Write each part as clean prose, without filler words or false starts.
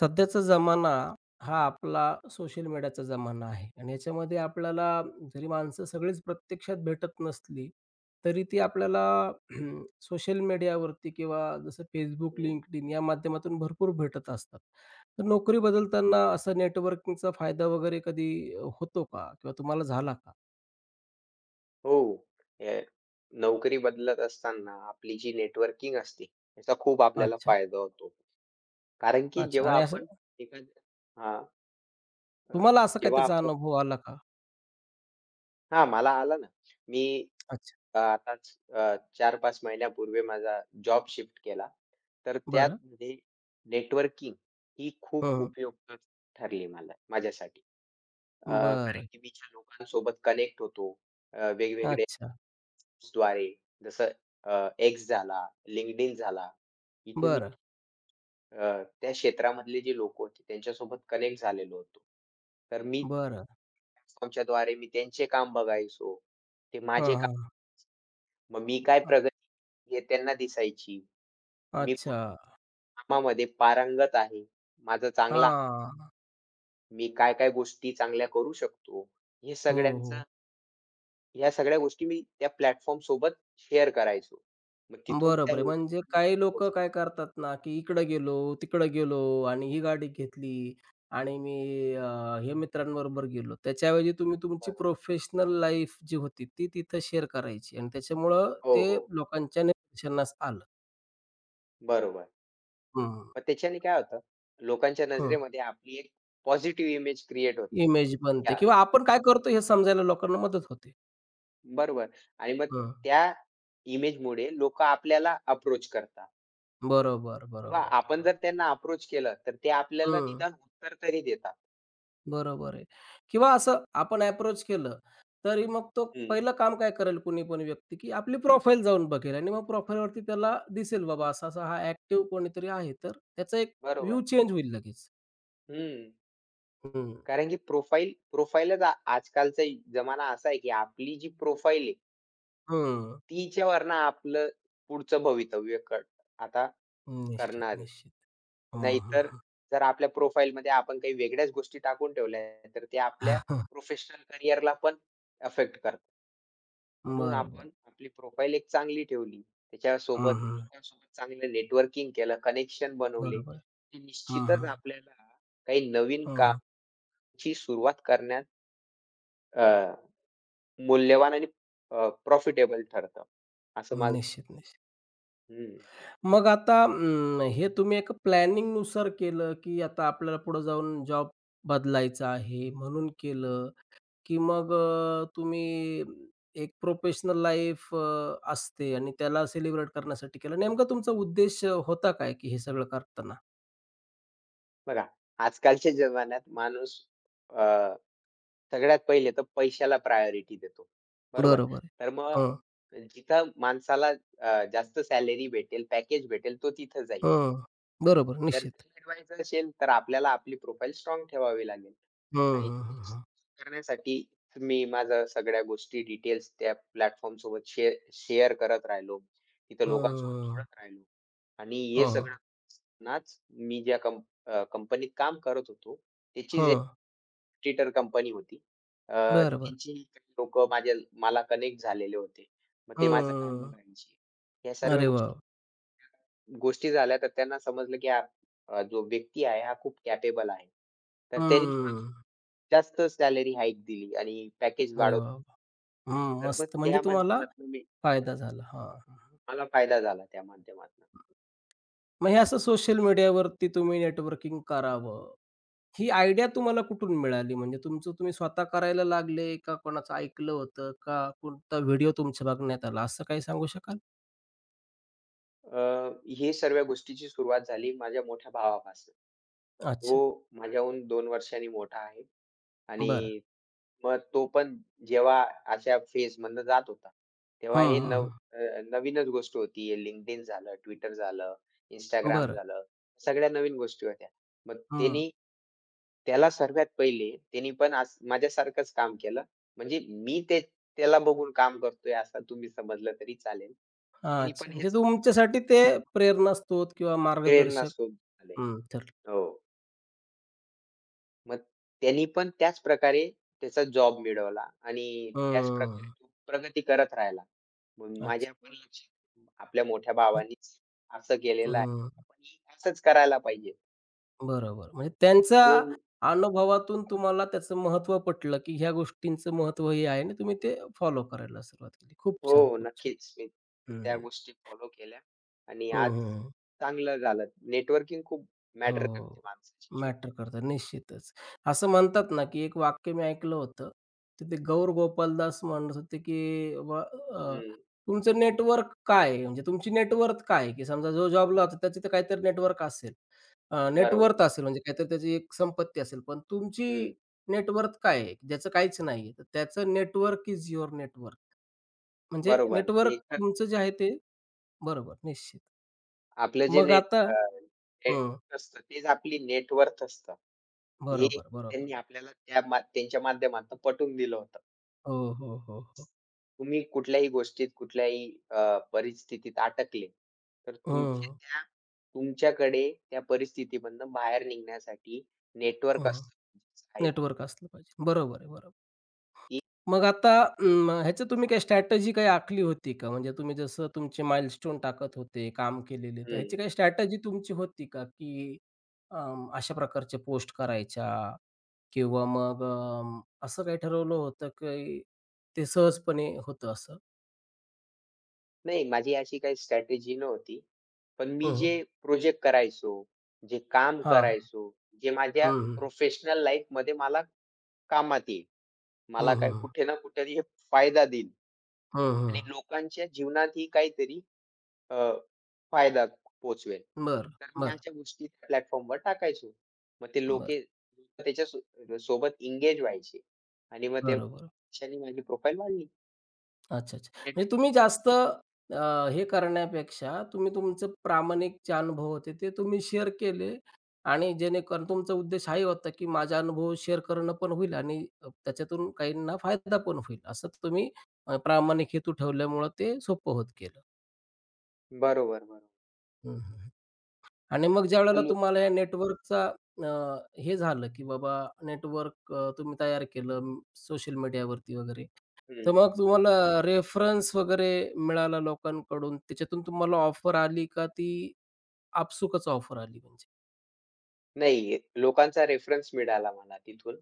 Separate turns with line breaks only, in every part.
सध्याचा जमाना हा आपला सोशल मीडियाचा जमाना आहे आणि याच्यामध्ये आपल्याला जरी माणसं सगळीच प्रत्यक्षात भेटत नसली तरी ती आपल्याला सोशल मीडियावरती किंवा जसं Facebook,
हं.
LinkedIn या माध्यमातून भरपूर भेटत असतात. तर नोकरी बदलताना असा नेटवर्किंगचा फायदा वगैरे कधी होतो का? किंवा तुम्हाला झाला का?
हो. अ, नोकरी बदलत असताना आपली जी नेटवर्किंग असते, त्याचा खूप आपल्याला
अच्छा,
फायदा होतो. कारण की
अच्छा
जेव्हा
आणि असं
आपण एखाद्या हां, अ,
तुम्हाला असा काय
जेव्हा
त्याचा
आपण
अनुभव आला का?
मला आला ना. मी
अच्छा.
आताच अ, 4-5 महिन्यापूर्वी माझा जॉब शिफ्ट केला. तर
बरं.
त्यामध्ये नेटवर्किंग ही खूप
हं.
उपयुक्त ठरली मला माझ्यासाठी. कारण
बरं.
की मी ज्या लोकांसोबत कनेक्ट होतो, वेगवेगळे
अच्छा.
द्वारे जसं X झाला, LinkedIn झाला. इथे मी
बरं,
त्या क्षेत्रामधले जे लोकं होते त्यांच्यासोबत कनेक्ट झालेलो होतो. तर मी
बरं.
प्लॅटफॉर्मच्या द्वारे मी त्यांचे काम बघायचो. ते
हां,
माझे काम.
हां.
मग मी काय प्रगती हे त्यांना दिसायची. मी कुठल्या
अच्छा.
कामामध्ये पारंगत आहे. माझं चांगला
हां.
मी काय-काय गोष्टी चांगल्या करू शकतो. हे
हो, हो.
सगळ्यांचं ह्या सगळ्या गोष्टी मी त्या प्लॅटफॉर्म सोबत शेअर करायचो. मग तिथून त्या
बरोबर आहे. म्हणजे
लोकांपर्यंत
काही लोकं
पोहोचायचो.
काय करतात ना, की इकडं गेलो, तिकडं गेलो आणि ही गाडी घेतली आणि मी हे मित्रांबरोबर गेलो. त्याच्याऐवजी तुम्ही तुमची
बरोबर.
प्रोफेशनल लाईफ जी होती, ती तिथं शेअर करायची आणि त्याच्यामुळं
हो,
ते
हो.
लोकांच्या निदर्शनास आलं.
बरोबर.
हं,
मग त्याच्याने काय होतं, लोकांच्या
हं.
नजरेमध्ये आपली एक पॉझिटिव्ह इमेज क्रिएट होते.
इमेज बनते
त्या
किंवा आपण काय करतो हे समजायला लोकांना मदत होते.
बरोबर आणि मग
हं.
त्या इमेजमुळे लोकं आपल्याला अप्रोच करतात
बरोबर,
किंवा
बरोबर,
आपण जर
बरोबर.
त्यांना अप्रोच केलं, तर ते आपल्याला
हं.
निदान उत्तर तरी देतात.
बरोबर आहे. किंवा असं आपण अप्रोच केलं, तरी मग तो
हं.
पहिलं काम काय करेल कुणी पण व्यक्ती, की आपली प्रोफाईल जाऊन बघेल आणि मग प्रोफाईलवरती त्याला दिसेल बाबा असा-असा हा ॲक्टिव्ह कोणीतरी आहे. तर त्याचा एक व्ह्यू
बरोबर.
चेंज होईल लगेच.
हं.
हं.
कारण की प्रोफाईलच आजकालचा जमाना असा आहे, की आपली जी प्रोफाईल आहे
हं.
तिच्यावरनं आपलं पुढचं भवितव्य आता
निश्चित,
करणार आहे.
निश्चित. हं, हं,
नाहीतर
हं.
जर आपल्या प्रोफाईलमध्ये आपण काही वेगळ्याच गोष्टी टाकून ठेवल्या आहेत, तर ते आपल्या प्रोफेशनल करिअरला पण अफेक्ट करतात. म्हणून
बरोबर.
आपण आपली प्रोफाईल एक चांगली ठेवली.
हं,
त्याच्यासोबत
हं.
लोकांसोबत चांगलं नेटवर्किंग केलं, कनेक्शन बनवले,
बरोबर.
की
हं,
निश्चितच
हं.
आपल्याला काही नवीन
हं, हं.
कामची सुरुवात करण्यात अ, मूल्यवान आणि प्रॉफिटेबल ठरतं. असं माझं
निश्चित, निश्चित.
हं.
मग आता हे तुम्ही एका प्लॅनिंगनुसार केलं, की आता आपल्याला पुढे जाऊन जॉब बदलायचा आहे म्हणून केलं? की मग तुम्ही एक प्रोफेशनल लाईफ असते आणि त्याला सेलिब्रेट करण्यासाठी केलं. नेमका तुमचा उद्देश होता काय की हे सगळं करताना?
बघा, आजकालच्या जमान्यात माणूस अ, सगळ्यात पहिले तर पैशाला प्रायोरिटी देतो. बरोबर.
बरोबर आहे.
तर मग
हं,
जिथं माणसाला जास्त सॅलरी भेटेल, पॅकेज भेटेल तो तिथं जाईल.
हं.
नाही.
बरोबर,
जर
निश्चित.
क्रिएट व्हायचं असेल, तर आपल्याला आपली प्रोफाईल स्ट्राँग ठेवावी लागेल.
हं,
आणि
हं,
ते
हं, हं.
करण्यासाठी मी माझ्या सगळ्या गोष्टी डिटेल्स त्या प्लॅटफॉर्मसोबत शेअर शेअर करत राहिलो. तिथं लोकांसोबत
हं,
जोडत राहिलो. आणि हे
हं,
सगळं नाच मी ज्या कंपनीत काम करत होतो, त्याचीच एक
हं.
रिक्रुटर कंपनी होती.
बरं, बरं.
त्यांची काही लोकं माझ्या मला कनेक्ट झालेले होते. मग ते माझं काम
हं.
बघायचे. या सर्व
अरे वाह!
गोष्टी
वाह!
गोष्टी झाल्या तर त्यांना समजलं, की हा जो व्यक्ती आहे हा खूप कॅपेबल आहे. तर त्यांनी मला
हं.
जास्त सॅलरी हाईक दिली आणि पॅकेज
अरे
वाढवलं.
वाह! वाह! हं,
तर मग
मस्त. म्हणजे
त्या
तुम्हाला
माध्यमातून मी
फायदा झाला. हां, हां.
मला फायदा झाला त्या माध्यमातून.
मग हे असं सोशल मीडियावरती तुम्ही नेटवर्किंग करावं. ही आयडिया तुम्हाला कुठून मिळाली? म्हणजे तुमचं तुम्ही स्वतः करायला लागले का कोणाचं ऐकलं होतं का कोणता व्हिडिओ तुमच्या बघण्यात आला असं काही सांगू शकाल?
अ, हे सर्व गोष्टीची सुरुवात झाली माझ्या मोठ्या भावापासून.
अच्छा.
तो माझ्याहून 2 वर्षांनी मोठा आहे
बरं.
आणि मग तो पण जेव्हा अशा फेजमधनं जात होता,
हं,
तेव्हा
हं, हं.
अ, नवीनच गोष्ट होती. हे LinkedIn झालं, Twitter झालं, Instagram
बरं.
झालं, सगळ्या नवीन गोष्टी होत्या. मग
हं.
त्यानी त्याला सर्वात पहिले त्यानी पण आज माझ्यासारखंच काम केलं. म्हणजे मी ते त्याला बघून काम करतोय असं तुम्ही समजलं तरी चालेल. त्यानी
अच्छा.
पण
म्हणजे
हेच
तुमच्यासाठी ते प्रेरणास्त्रोत किंवा
प्रेरणा
मार्गदर्शक
शोधून आले.
हं, ठरलं.
हो. मग त्यांनी पण त्याच प्रकारे त्याचा जॉब मिळवला आणि त्याच प्रकारे
हं.
तो प्रगती करत राहिला. मग माझ्या
अच्छा.
पण लक्षात आपल्या मोठ्या
हे-
भावानीच असं केलेलं आहे.
हं.
आपणही असंच करायला पाहिजे.
बरोबर. म्हणजे त्यांचा
म्हणून
अनुभवातून तुम्हाला त्याचं महत्त्व पटलं, की ह्या गोष्टींचं महत्त्व हे आहे आणि तुम्ही ते फॉलो करायला सुरुवात केली. खूप
हो,
छान, खूप छान.
नक्कीच मी त्या
हं.
गोष्टी फॉलो केल्या आणि
हं,
आज
हं. हं.
चांगलं झालं. नेटवर्किंग खूप मॅटर करते
हो.
माणसाच्या जीवनात.
मॅटर करतं निश्चितच. असं म्हणतात ना, की एक वाक्य मी ऐकलं होतं. तर ते गौर गोपालदास म्हणत होते, की बाबा अ,
हं,
तुमचं नेटवर्क काय आहे? म्हणजे तुमची नेटवर्थ काय आहे? की समजा जो जॉबला होता त्याची तर काहीतरी नेटवर्क असेल.
बरोबर.
नेटवर्थ असेल म्हणजे काहीतरी त्याची एक संपत्ती असेल. पण तुमची
हं,
नेटवर्थ काय आहे? की ज्याचं काहीच नाही आहे. तर त्याचं नेटवर्क इज युअर नेटवर्क. म्हणजे
बरोबर.
नेटवर्क
एकतर
तुमचं जे आहे ते बरोबर निश्चित.
आपलं जे
मग
नेट
आता हं.
नेटवर्क असतं तेच आपली नेटवर्थ असतं. हे
बरोबर, बरोबर.
त्यांनी आपल्याला त्यांच्या माध्यमातून पटवून दिलं होतं.
हो, हो, हो, हो.
तुम्ही कुठल्याही गोष्टीत, कुठल्याही परिस्थितीत अटकले, तर तुमच्या
हं,
त्या तुमच्याकडे त्या परिस्थितीमधनं बाहेर निघण्यासाठी नेटवर्क
हं.
असतं आहेत
नेटवर्क असलं पाहिजे. बरोबर आहे, बरोबर.
की
मग आता ह्याची तुम्ही काही स्ट्रॅटेजी काही आखली होती का? म्हणजे तुम्ही जसं तुमचे माइलस्टोन टाकत होते, काम केलेले, तर
हं.
ह्याची काही स्ट्रॅटेजी तुमची होती का? की अशा प्रकारचे पोस्ट करायच्या किंवा मग असं काही ठरवलं होतं की ते सहजपणे होतं असं?
नाही माझी अशी काही स्ट्रॅटेजी नव्हती. पण मी
हं, हं.
जे प्रोजेक्ट करायचो, जे काम
हां.
करायचो, जे माझ्या
हं, हं.
प्रोफेशनल लाईफमध्ये मला कामात येईल.
हं,
मला काय
हं.
कुठे ना कुठे तरी हे फायदा देईल
हं, हं.
आणि लोकांच्या जीवनातही काहीतरी अ, फायदा पोहोचवेल.
बरं,
तर मी अशा गोष्टी त्या प्लॅटफॉर्मवर टाकायचो. मग ते लोकं त्याच्या सोबत एंगेज व्हायचे आणि मग त्या
बरोबर.
क्षणी माझी प्रोफाईल वाढली.
अच्छा, अच्छा. म्हणजे
नेटवर्क
तुम्ही
वाढलं.
जास्त हे करण्यापेक्षा तुम्ही तुमचे प्रामाणिक जे अनुभव होते ते तुम्ही शेअर केले आणि जेणेकरून तुमचा उद्देश हाही होता, की माझा अनुभव शेअर करणं पण होईल आणि त्याच्यातून काहींना फायदा पण होईल. असं तुम्ही प्रामाणिक हेतू ठेवल्यामुळं ते सोपं होत गेलं.
बरोबर, बरोबर.
हं, हं, आणि मग ज्यावेळेला
हॅलो
तुम्हाला या नेटवर्कचा हे झालं, की बाबा नेटवर्क तुम्ही तयार केलं सोशल मीडियावरती वगैरे. तर
हं.
मग तुम्हाला रेफरन्स वगैरे मिळाला लोकांकडून, त्याच्यातून तुम्हाला ऑफर आली का ती आपसुकच ऑफर आली म्हणजे?
नाही लोकांचा रेफरन्स मिळाला मला तिथून,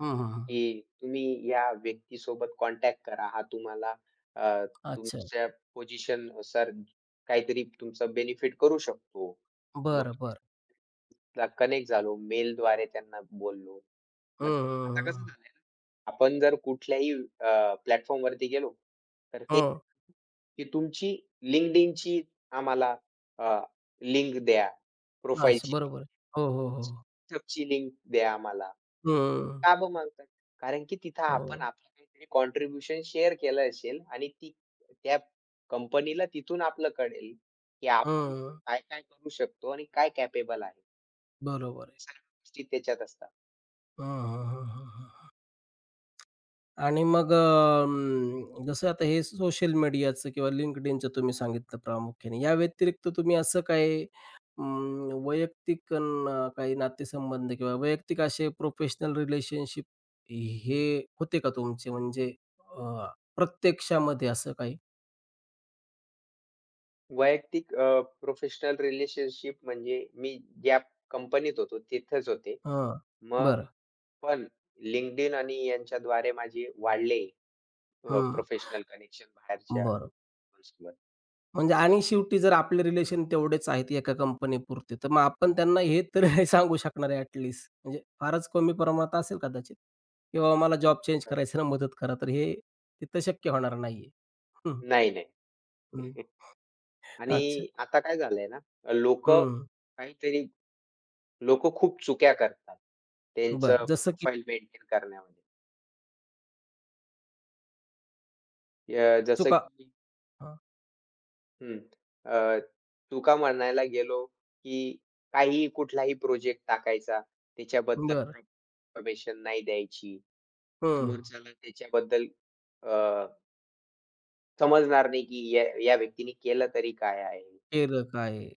हं, हं, हं.
की तुम्ही या व्यक्तीसोबत कॉन्टॅक्ट करा. हा तुम्हाला अ,
अच्छा.
तुमच्या पोझिशननुसार काहीतरी तुमचा बेनिफिट करू शकतो. मग
बरं, बरं.
कनेक्ट झालो. मेलद्वारे त्यांना बोललो.
हं,
मग
हं,
आता
हं,
कसं
हं.
झालंय ना, आपण जर कुठल्याही प्लॅटफॉर्मवरती गेलो, तर ते
हो.
की तुमची LinkedInची आम्हाला अ, लिंक द्या.
अच्छा
प्रोफाइलची
बरोबर
लिंक,
आहे. हो, हो, हो.
WhatsAppची लिंक द्या आम्हाला.
हं.
का बरं मागतात? कारण की तिथं आपण
हो.
आपलं काहीतरी कॉन्ट्रिब्युशन शेअर केलं असेल आणि ती त्या कंपनीला तिथून आपलं कळेल, की आपण
हं.
काय-काय करू शकतो आणि काय कॅपेबल आहे.
बरोबर आहे.
सर्व गोष्टी त्याच्यात असतात.
हं, हं, हं, हं, हं. आणि मग जसं आता हे सोशल मीडियाचं किंवा LinkedInचं तुम्ही सांगितलं प्रामुख्याने. या व्यतिरिक्त तुम्ही असं काही वैयक्तिक अन काही नातेसंबंध किंवा वैयक्तिक असे प्रोफेशनल रिलेशनशिप हे होते का तुमचे? म्हणजे अ, प्रत्यक्षामध्ये असं काही?
वैयक्तिक प्रोफेशनल रिलेशनशिप म्हणजे मी ज्या कंपनीत होतो तिथेच होते.
हां.
मग
बरं.
पण LinkedIn आणि यांच्याद्वारे माझे वाढले
हं.
प्रोफेशनल कनेक्शन बाहेरच्या
बरं.
माणसांसोबत.
म्हणजे आणि शेवटी जर आपले रिलेशन तेवढेच आहेत एका कंपनीपुरते, तर मग आपण त्यांना हे तर नाही सांगू शकणार आहे ॲट लीस्ट. म्हणजे फारच कमी प्रमाणात असेल कदाचित किंवा मला जॉब चेंज
तर
करायचं ना मदत करा, तर हे तिथं शक्य होणार नाहीये. हं,
नाही, नाही.
हं. अच्छा.
आणि आता काय झालंय ना, लोकं
हं.
काहीतरी लोकं खूप चुक्या करतात. त्यांचं
बरं. जसं की
प्रोफाइल मेंटेन करण्यामध्ये. जसं
चुका
की
हां.
हं. अ, तुका म्हणायला गेलो, की काहीही कुठलाही प्रोजेक्ट टाकायचा, त्याच्याबद्दल
बरं.
इन्फॉर्मेशन नाही द्यायची.
हं.
समोरच्याला त्याच्याबद्दल अ, समजणार नाही, की या या व्यक्तीने केलं तरी काय आहे?
केलं काय?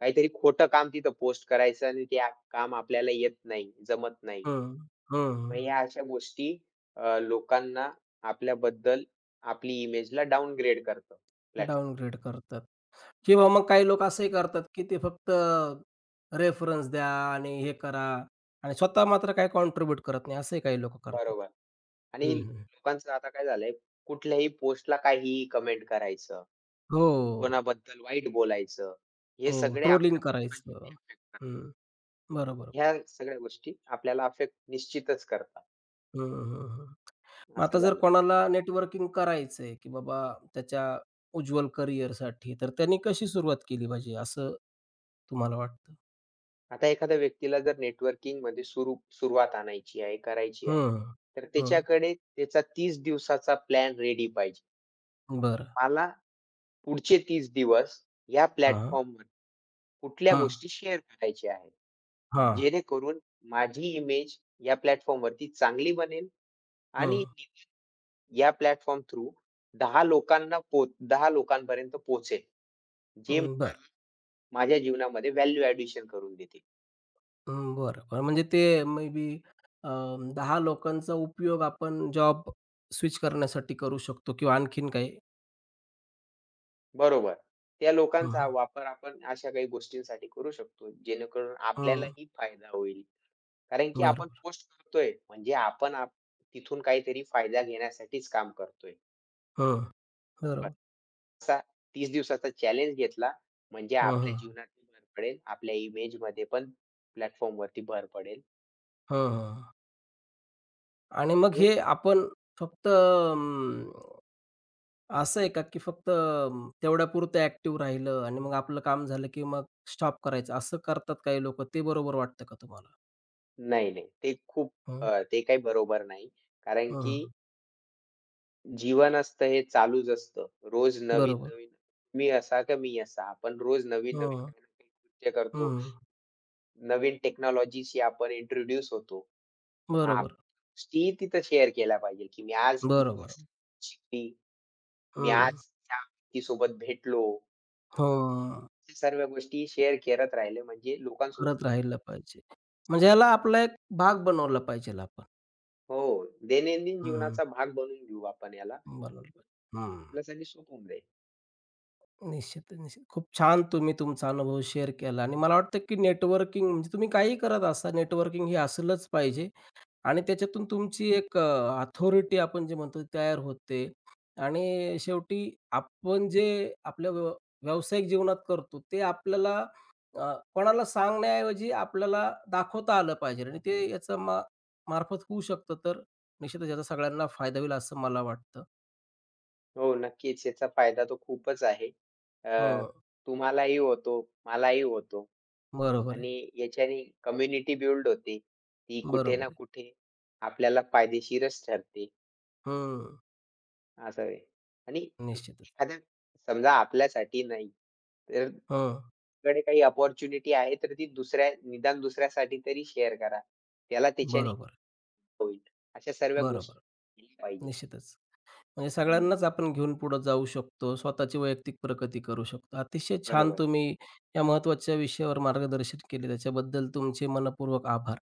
काहीतरी खोटं काम तिथं पोस्ट करायचं आणि ते काम आपल्याला येत नाही, जमत नाही.
हं, हं.
मग ह्या अशा गोष्टी लोकांना आपल्याबद्दल आपली इमेजला डाउनग्रेड करतं प्लॅटफॉर्म.
डाउनग्रेड करतात. किंवा मग काही लोक असंही करतात, की ते फक्त रेफरन्स द्या आणि हे करा आणि स्वतः मात्र काही कॉन्ट्रिब्यूट करत नाही, असंही काही लोकं करतात.
बरोबर. आणि
हं, हं.
लोकांचं आता काय झालंय, कुठल्याही पोस्टला काहीही कमेंट करायचं,
हो,
कोणाबद्दल वाईट बोलायचं, हे
हो.
सगळे
ट्रोलिंग
आपल्या
करायचं.
प्रोफाईलवरती affect करतात.
हं. बरोबर.
ह्या सगळ्या गोष्टी आपल्याला अफेक्ट निश्चितच करतात,
हं, हं, हं. मग
असं
आता जर
झालं.
कोणाला नेटवर्किंग करायचंय, की बाबा त्याच्या उज्ज्वल करिअरसाठी, तर त्यांनी कशी सुरुवात केली पाहिजे, असं तुम्हाला वाटतं?
आता एखाद्या व्यक्तीला जर नेटवर्किंगमध्ये सुरुवात आणायची आहे, करायची आहे,
हं,
तर
हं.
त्याच्याकडे त्याचा 30 दिवसाचा प्लॅन रेडी पाहिजे.
बरं.
मला पुढचे 30 दिवस या
हां, हां.
प्लॅटफॉर्मवर कुठल्या
हां,
गोष्टी शेअर करायच्या आहेत.
हां.
जेणेकरून माझी इमेज या प्लॅटफॉर्मवरती चांगली बनेल आणि
हं,
या प्लॅटफॉर्म थ्रू दहा लोकांना पो 10 लोकांपर्यंत पोहोचेल. जे मला
बरं.
माझ्या जीवनामध्ये व्हॅल्यू एडिशन करून देतील.
हं, बरं. म्हणजे ते मे बी अ, 10 लोकांचा उपयोग आपण जॉब स्विच करण्यासाठी करू शकतो किंवा आणखीन काही?
बरोबर. त्या
हं,
लोकांचा
हं.
वापर आपण अशा काही गोष्टींसाठी करू शकतो, जेणेकरून
हं.
आपल्यालाही फायदा होईल. कारण की आपण
बरोबर.
पोस्ट करतोय म्हणजे आपण आप तिथून काहीतरी फायदा घेण्यासाठीच काम करतोय.
हं. बरोबर.
असा 30 दिवसाचा चॅलेंज घेतला, म्हणजे
हं,
आपल्या
हं.
जीवनातही भर पडेल, आपल्या इमेजमध्ये पण प्लॅटफॉर्मवरती भर पडेल.
हं, हं. आणि मग
म्हणून
हे आपण फक्त असं आहे का, की फक्त तेवढ्यापुरतं ॲक्टिव्ह राहिलं आणि मग आपलं काम झालं, की मग स्टॉप करायचं, असं करतात काही लोक ते बरोबर वाटतं का तुम्हाला?
नाही, नाही. ते खूप
हं.
ते काही बरोबर नाही. कारण की
हं.
जीवन असतं हे चालूच असतं. रोज
बरोबर.
नवीन-नवीन मी असा. आपण रोज नवीन-नवीन
हं.
काही ना काही कृत्य करतो.
हं.
नवीन टेक्नॉलॉजीशी आपण इंट्रोड्यूस होतो. हां,
बरोबर.
गोष्टी तिथं शेअर केल्या पाहिजे, की मी आज ही
बरोबर.
गोष्ट शिकली. मी आज
हं.
त्या व्यक्तीसोबत भेटलो.
हो,
सर्व गोष्टी शेअर करत राहिले म्हणजे लोकांसोबत
करत राहिलं पाहिजे. म्हणजे याला आपला एक भाग बनवला पाहिजेल आपण.
हो, दैनंदिन
हं.
जीवनाचा भाग बनवून घेऊ आपण याला.
बनवलं पाहिजे. हं.
प्लस आणि सोपं होऊन जाईल.
निश्चितच, निश्चित. खूप छान तुम्ही तुमचा अनुभव शेअर केला आणि मला वाटतं, की नेटवर्किंग म्हणजे तुम्ही काहीही करत असा, नेटवर्किंग हे असलंच पाहिजे आणि त्याच्यातून तुमची एक अथॉरिटी आपण जे म्हणतो तयार होते आणि शेवटी आपण जे आपल्या व्यावसायिक जीवनात करतो ते आपल्याला कोणाला सांगण्याऐवजी आपल्याला दाखवता आलं पाहिजे आणि ते याचा मार्फत होऊ शकतं. तर निश्चितच याचा सगळ्यांना फायदा होईल असं मला वाटतं.
हो, नक्कीच याचा फायदा तो खूपच आहे. अ,
हं.
तुम्हालाही होतो, मलाही होतो
बरोबर आहे.
आणि याच्याने कम्युनिटी बिल्ड होते. ती कुठे ना
बरोबर आहे.
कुठे आपल्याला फायदेशीरच ठरते,
हं.
असं आहे. आणि
निश्चितच.
एखाद्या समजा आपल्यासाठी नाही, तर
हं.
कडे काही अपॉर्च्युनिटी आहे, तर ती दुसऱ्या निदान दुसऱ्यासाठी तरी शेअर करा. त्याला त्याच्याने
बरोबर.
होईल. अशा सर्व
बरोबर.
गोष्टी केल्या पाहिजे.
निश्चितच. म्हणजे
हं,
सगळ्यांनाच आपण घेऊन पुढे जाऊ शकतो. स्वतःची वैयक्तिक प्रगती करू शकतो. अतिशय छान
बरोबर.
तुम्ही या महत्त्वाच्या विषयावर मार्गदर्शन केले. त्याच्याबद्दल तुमचे मनःपूर्वक आभार.